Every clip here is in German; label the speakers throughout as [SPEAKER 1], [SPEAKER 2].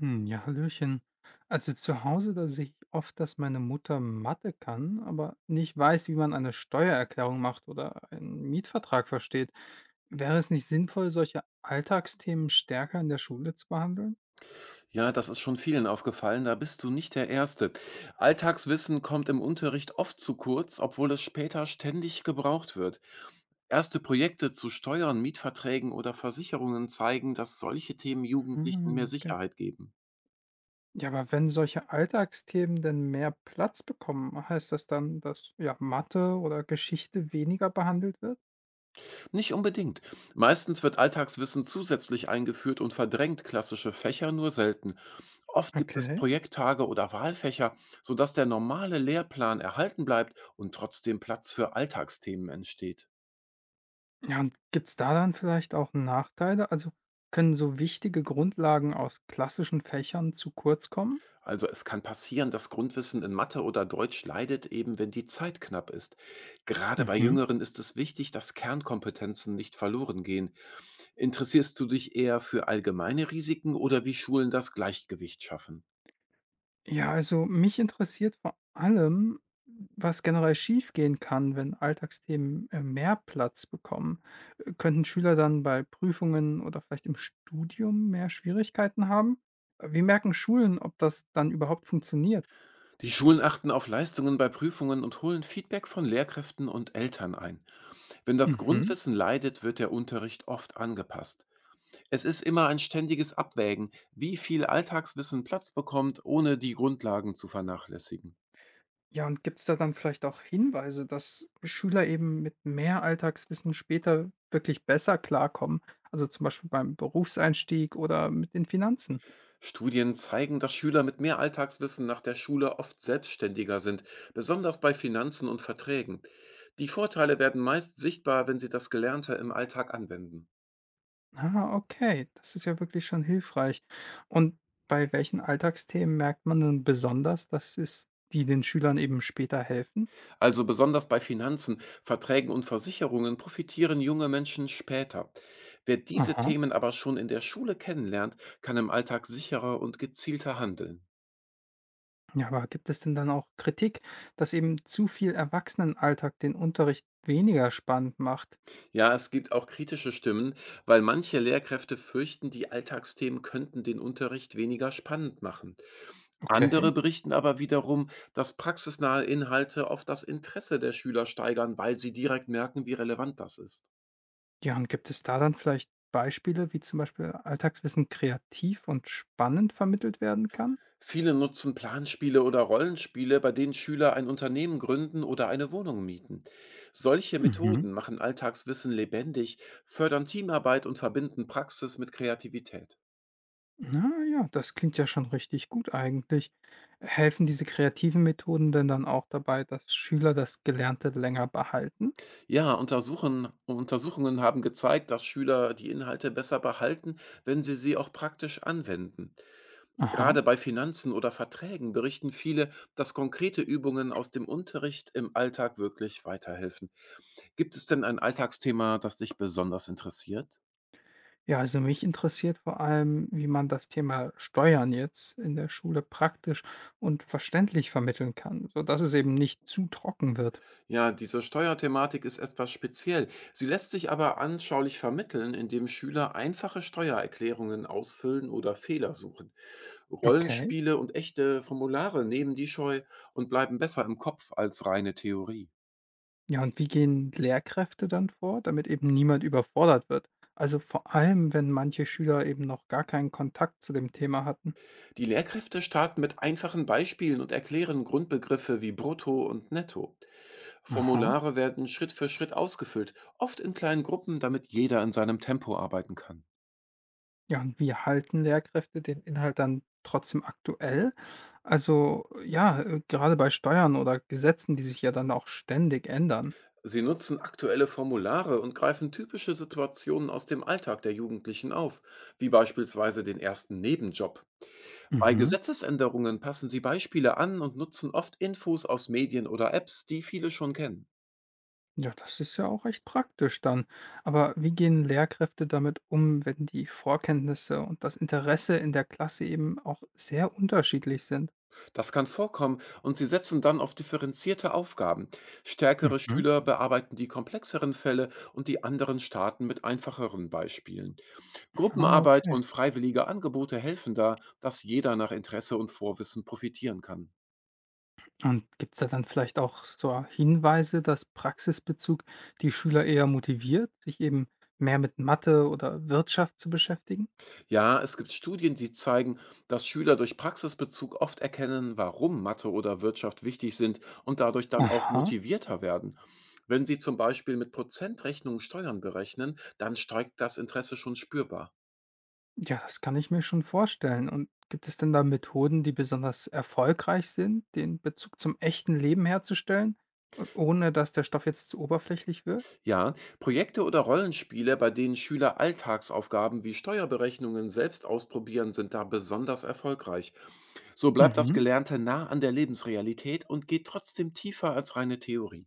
[SPEAKER 1] Hm, ja, hallöchen. Also zu Hause, da sehe ich oft, dass meine Mutter Mathe kann, aber nicht weiß, wie man eine Steuererklärung macht oder einen Mietvertrag versteht. Wäre es nicht sinnvoll, solche Alltagsthemen stärker in der Schule zu behandeln?
[SPEAKER 2] Ja, das ist schon vielen aufgefallen, da bist du nicht der Erste. Alltagswissen kommt im Unterricht oft zu kurz, obwohl es später ständig gebraucht wird. Erste Projekte zu Steuern, Mietverträgen oder Versicherungen zeigen, dass solche Themen Jugendlichen mehr
[SPEAKER 1] Hm, okay.
[SPEAKER 2] Sicherheit geben.
[SPEAKER 1] Ja, aber wenn solche Alltagsthemen denn mehr Platz bekommen, heißt das dann, dass ja Mathe oder Geschichte weniger behandelt wird?
[SPEAKER 2] Nicht unbedingt. Meistens wird Alltagswissen zusätzlich eingeführt und verdrängt klassische Fächer nur selten. Oft gibt es
[SPEAKER 1] Okay.
[SPEAKER 2] Projekttage oder Wahlfächer, sodass der normale Lehrplan erhalten bleibt und trotzdem Platz für Alltagsthemen entsteht.
[SPEAKER 1] Ja, und gibt's da dann vielleicht auch Nachteile? Also, können so wichtige Grundlagen aus klassischen Fächern zu kurz kommen?
[SPEAKER 2] Also es kann passieren, dass Grundwissen in Mathe oder Deutsch leidet, eben wenn die Zeit knapp ist. Gerade bei
[SPEAKER 1] Mhm.
[SPEAKER 2] Jüngeren ist es wichtig, dass Kernkompetenzen nicht verloren gehen. Interessierst du dich eher für allgemeine Risiken oder wie Schulen das Gleichgewicht schaffen?
[SPEAKER 1] Ja, also mich interessiert vor allem, was generell schiefgehen kann, wenn Alltagsthemen mehr Platz bekommen. Könnten Schüler dann bei Prüfungen oder vielleicht im Studium mehr Schwierigkeiten haben? Wie merken Schulen, ob das dann überhaupt funktioniert?
[SPEAKER 2] Die Schulen achten auf Leistungen bei Prüfungen und holen Feedback von Lehrkräften und Eltern ein. Wenn das
[SPEAKER 1] Mhm.
[SPEAKER 2] Grundwissen leidet, wird der Unterricht oft angepasst. Es ist immer ein ständiges Abwägen, wie viel Alltagswissen Platz bekommt, ohne die Grundlagen zu vernachlässigen.
[SPEAKER 1] Ja, und gibt's da dann vielleicht auch Hinweise, dass Schüler eben mit mehr Alltagswissen später wirklich besser klarkommen? Also zum Beispiel beim Berufseinstieg oder mit den Finanzen.
[SPEAKER 2] Studien zeigen, dass Schüler mit mehr Alltagswissen nach der Schule oft selbstständiger sind, besonders bei Finanzen und Verträgen. Die Vorteile werden meist sichtbar, wenn sie das Gelernte im Alltag anwenden.
[SPEAKER 1] Ah, okay, das ist ja wirklich schon hilfreich. Und bei welchen Alltagsthemen merkt man denn besonders, dass es die den Schülern eben später helfen?
[SPEAKER 2] Also besonders bei Finanzen, Verträgen und Versicherungen profitieren junge Menschen später. Wer diese
[SPEAKER 1] Aha.
[SPEAKER 2] Themen aber schon in der Schule kennenlernt, kann im Alltag sicherer und gezielter handeln.
[SPEAKER 1] Ja, aber gibt es denn dann auch Kritik, dass eben zu viel Erwachsenenalltag den Unterricht weniger spannend macht?
[SPEAKER 2] Ja, es gibt auch kritische Stimmen, weil manche Lehrkräfte fürchten, die Alltagsthemen könnten den Unterricht weniger spannend machen. Andere
[SPEAKER 1] Okay.
[SPEAKER 2] berichten aber wiederum, dass praxisnahe Inhalte oft das Interesse der Schüler steigern, weil sie direkt merken, wie relevant das ist.
[SPEAKER 1] Ja, und gibt es da dann vielleicht Beispiele, wie zum Beispiel Alltagswissen kreativ und spannend vermittelt werden kann?
[SPEAKER 2] Viele nutzen Planspiele oder Rollenspiele, bei denen Schüler ein Unternehmen gründen oder eine Wohnung mieten. Solche
[SPEAKER 1] Mhm.
[SPEAKER 2] Methoden machen Alltagswissen lebendig, fördern Teamarbeit und verbinden Praxis mit Kreativität.
[SPEAKER 1] Na ja, das klingt ja schon richtig gut eigentlich. Helfen diese kreativen Methoden denn dann auch dabei, dass Schüler das Gelernte länger behalten?
[SPEAKER 2] Ja, Untersuchungen haben gezeigt, dass Schüler die Inhalte besser behalten, wenn sie sie auch praktisch anwenden.
[SPEAKER 1] Aha.
[SPEAKER 2] Gerade bei Finanzen oder Verträgen berichten viele, dass konkrete Übungen aus dem Unterricht im Alltag wirklich weiterhelfen. Gibt es denn ein Alltagsthema, das dich besonders interessiert?
[SPEAKER 1] Ja, also mich interessiert vor allem, wie man das Thema Steuern jetzt in der Schule praktisch und verständlich vermitteln kann, sodass es eben nicht zu trocken wird.
[SPEAKER 2] Ja, diese Steuerthematik ist etwas speziell. Sie lässt sich aber anschaulich vermitteln, indem Schüler einfache Steuererklärungen ausfüllen oder Fehler suchen.
[SPEAKER 1] Okay.
[SPEAKER 2] Rollenspiele und echte Formulare nehmen die Scheu und bleiben besser im Kopf als reine Theorie.
[SPEAKER 1] Ja, und wie gehen Lehrkräfte dann vor, damit eben niemand überfordert wird? Also vor allem, wenn manche Schüler eben noch gar keinen Kontakt zu dem Thema hatten.
[SPEAKER 2] Die Lehrkräfte starten mit einfachen Beispielen und erklären Grundbegriffe wie Brutto und Netto.
[SPEAKER 1] Aha.
[SPEAKER 2] Formulare werden Schritt für Schritt ausgefüllt, oft in kleinen Gruppen, damit jeder in seinem Tempo arbeiten kann.
[SPEAKER 1] Ja, und wie halten Lehrkräfte den Inhalt dann trotzdem aktuell? Also ja, gerade bei Steuern oder Gesetzen, die sich ja dann auch ständig ändern.
[SPEAKER 2] Sie nutzen aktuelle Formulare und greifen typische Situationen aus dem Alltag der Jugendlichen auf, wie beispielsweise den ersten Nebenjob. Bei
[SPEAKER 1] Mhm.
[SPEAKER 2] Gesetzesänderungen passen sie Beispiele an und nutzen oft Infos aus Medien oder Apps, die viele schon kennen.
[SPEAKER 1] Ja, das ist ja auch recht praktisch dann. Aber wie gehen Lehrkräfte damit um, wenn die Vorkenntnisse und das Interesse in der Klasse eben auch sehr unterschiedlich sind?
[SPEAKER 2] Das kann vorkommen und sie setzen dann auf differenzierte Aufgaben. Stärkere
[SPEAKER 1] Mhm.
[SPEAKER 2] Schüler bearbeiten die komplexeren Fälle und die anderen starten mit einfacheren Beispielen.
[SPEAKER 1] Ah,
[SPEAKER 2] Gruppenarbeit
[SPEAKER 1] okay.
[SPEAKER 2] und freiwillige Angebote helfen da, dass jeder nach Interesse und Vorwissen profitieren kann.
[SPEAKER 1] Und gibt es da dann vielleicht auch so Hinweise, dass Praxisbezug die Schüler eher motiviert, sich eben mehr mit Mathe oder Wirtschaft zu beschäftigen?
[SPEAKER 2] Ja, es gibt Studien, die zeigen, dass Schüler durch Praxisbezug oft erkennen, warum Mathe oder Wirtschaft wichtig sind und dadurch dann auch
[SPEAKER 1] Aha,
[SPEAKER 2] motivierter werden. Wenn Sie zum Beispiel mit Prozentrechnungen Steuern berechnen, dann steigt das Interesse schon spürbar.
[SPEAKER 1] ja, das kann ich mir schon vorstellen. Und gibt es denn da Methoden, die besonders erfolgreich sind, den Bezug zum echten Leben herzustellen, ohne dass der Stoff jetzt zu oberflächlich wirkt?
[SPEAKER 2] Ja, Projekte oder Rollenspiele, bei denen Schüler Alltagsaufgaben wie Steuerberechnungen selbst ausprobieren, sind da besonders erfolgreich. So bleibt das
[SPEAKER 1] Mhm.
[SPEAKER 2] Gelernte nah an der Lebensrealität und geht trotzdem tiefer als reine Theorie.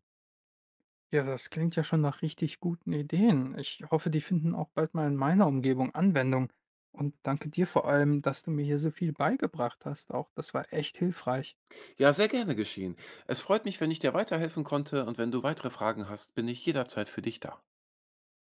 [SPEAKER 1] Ja, das klingt ja schon nach richtig guten Ideen. Ich hoffe, die finden auch bald mal in meiner Umgebung Anwendung. Und danke dir vor allem, dass du mir hier so viel beigebracht hast. Auch das war echt hilfreich.
[SPEAKER 2] Ja, sehr gerne geschehen. Es freut mich, wenn ich dir weiterhelfen konnte und wenn du weitere Fragen hast, bin ich jederzeit für dich da.